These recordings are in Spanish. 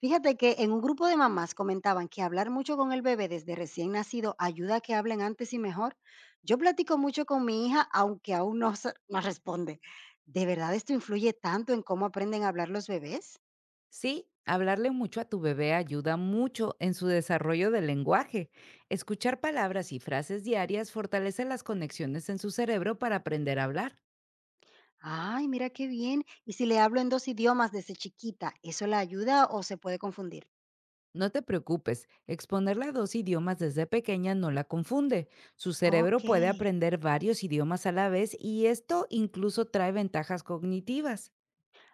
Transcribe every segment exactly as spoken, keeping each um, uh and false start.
Fíjate que en un grupo de mamás comentaban que hablar mucho con el bebé desde recién nacido ayuda a que hablen antes y mejor. Yo platico mucho con mi hija, aunque aún no se- no responde. ¿De verdad esto influye tanto en cómo aprenden a hablar los bebés? Sí, hablarle mucho a tu bebé ayuda mucho en su desarrollo del lenguaje. Escuchar palabras y frases diarias fortalece las conexiones en su cerebro para aprender a hablar. Ay, mira qué bien. Y si le hablo en dos idiomas desde chiquita, ¿eso la ayuda o se puede confundir? No te preocupes, exponerla a dos idiomas desde pequeña no la confunde. Su Ok. cerebro puede aprender varios idiomas a la vez y esto incluso trae ventajas cognitivas.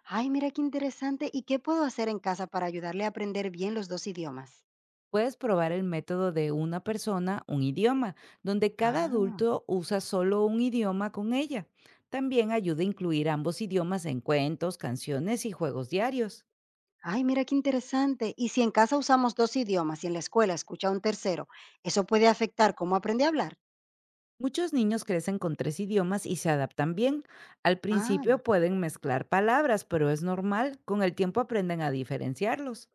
Ay, mira qué interesante. ¿Y qué puedo hacer en casa para ayudarle a aprender bien los dos idiomas? Puedes probar el método de una persona, un idioma, donde cada Ah. adulto usa solo un idioma con ella. También ayuda a incluir ambos idiomas en cuentos, canciones y juegos diarios. Ay, mira qué interesante. Y si en casa usamos dos idiomas y en la escuela escucha un tercero, ¿eso puede afectar cómo aprende a hablar? Muchos niños crecen con tres idiomas y se adaptan bien. Al principio Ah, pueden mezclar palabras, pero es normal. Con el tiempo aprenden a diferenciarlos.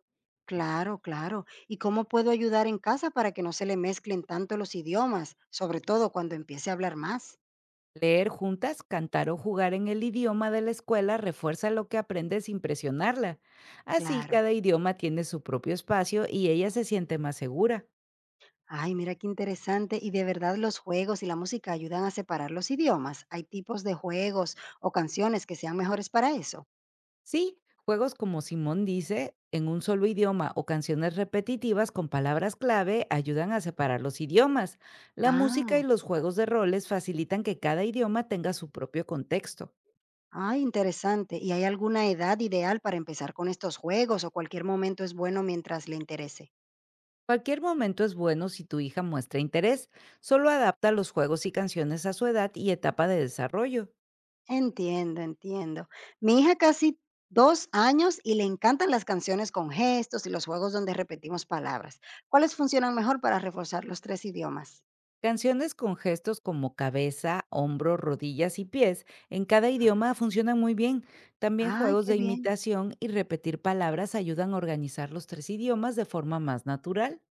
claro, claro. ¿Y cómo puedo ayudar en casa para que no se le mezclen tanto los idiomas, sobre todo cuando empiece a hablar más? Leer juntas, cantar o jugar en el idioma de la escuela refuerza lo que aprende sin presionarla. Así, Claro. cada idioma tiene su propio espacio y ella se siente más segura. Ay, mira qué interesante. Y de verdad los juegos y la música ayudan a separar los idiomas. Hay tipos de juegos o canciones que sean mejores para eso. Sí, juegos como Simón dice, en un solo idioma o canciones repetitivas con palabras clave ayudan a separar los idiomas. La música Ah. y los juegos de roles facilitan que cada idioma tenga su propio contexto. Ah, interesante. ¿Y hay alguna edad ideal para empezar con estos juegos o cualquier momento es bueno mientras le interese? Cualquier momento es bueno si tu hija muestra interés. Solo adapta los juegos y canciones a su edad y etapa de desarrollo. Entiendo, entiendo. Mi hija casi dos años y le encantan las canciones con gestos y los juegos donde repetimos palabras. ¿Cuáles funcionan mejor para reforzar los tres idiomas? Canciones con gestos como cabeza, hombro, rodillas y pies en cada idioma funcionan muy bien. También Ay, juegos qué de bien. imitación y repetir palabras ayudan a organizar los tres idiomas de forma más natural.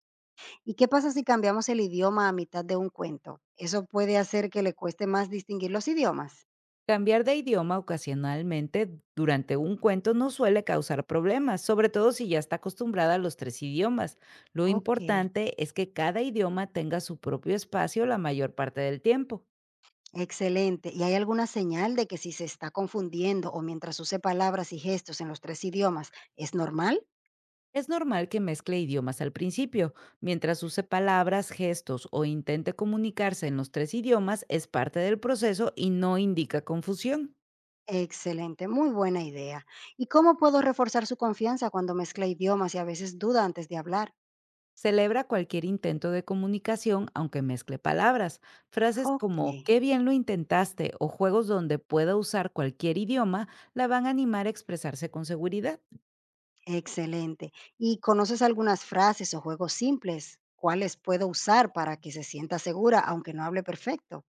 ¿Y qué pasa si cambiamos el idioma a mitad de un cuento? ¿Eso puede hacer que le cueste más distinguir los idiomas? Cambiar de idioma ocasionalmente durante un cuento no suele causar problemas, sobre todo si ya está acostumbrada a los tres idiomas. Lo Ok. importante es que cada idioma tenga su propio espacio la mayor parte del tiempo. Excelente. ¿Y hay alguna señal de que si se está confundiendo o mientras use palabras y gestos en los tres idiomas, es normal? Es normal que mezcle idiomas al principio. Mientras use palabras, gestos o intente comunicarse en los tres idiomas, es parte del proceso y no indica confusión. Excelente, muy buena idea. ¿Y cómo puedo reforzar su confianza cuando mezcla idiomas y a veces duda antes de hablar? Celebra cualquier intento de comunicación, aunque mezcle palabras. Frases Ok, como qué bien lo intentaste o juegos donde pueda usar cualquier idioma la van a animar a expresarse con seguridad. excelente. ¿Y conoces algunas frases o juegos simples? ¿Cuáles puedo usar para que se sienta segura aunque no hable perfecto?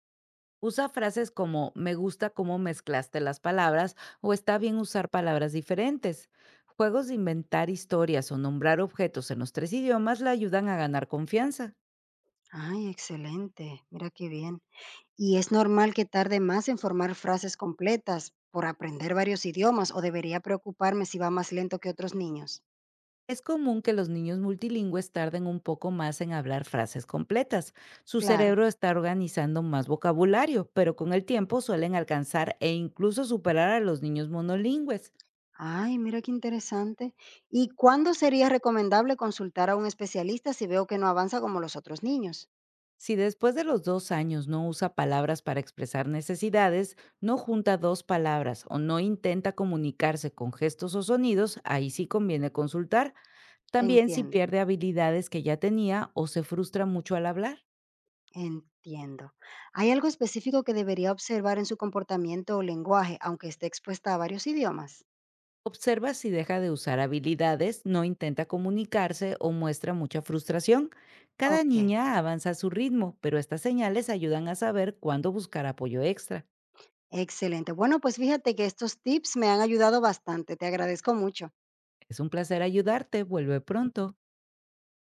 Usa frases como me gusta cómo mezclaste las palabras o está bien usar palabras diferentes. Juegos de inventar historias o nombrar objetos en los tres idiomas le ayudan a ganar confianza. Ay, excelente. Mira qué bien. Y es normal que tarde más en formar frases completas por aprender varios idiomas o debería preocuparme si va más lento que otros niños. Es común que los niños multilingües tarden un poco más en hablar frases completas. Su Claro. cerebro está organizando más vocabulario, pero con el tiempo suelen alcanzar e incluso superar a los niños monolingües. Ay, mira qué interesante. ¿Y cuándo sería recomendable consultar a un especialista si veo que no avanza como los otros niños? Si después de los dos años no usa palabras para expresar necesidades, no junta dos palabras o no intenta comunicarse con gestos o sonidos, ahí sí conviene consultar. También si Entiendo, pierde habilidades que ya tenía o se frustra mucho al hablar. entiendo. ¿Hay algo específico que debería observar en su comportamiento o lenguaje, aunque esté expuesta a varios idiomas? Observa si deja de usar habilidades, no intenta comunicarse o muestra mucha frustración. Cada Ok, niña avanza a su ritmo, pero estas señales ayudan a saber cuándo buscar apoyo extra. excelente. Bueno, pues fíjate que estos tips me han ayudado bastante. Te agradezco mucho. Es un placer ayudarte, vuelve pronto.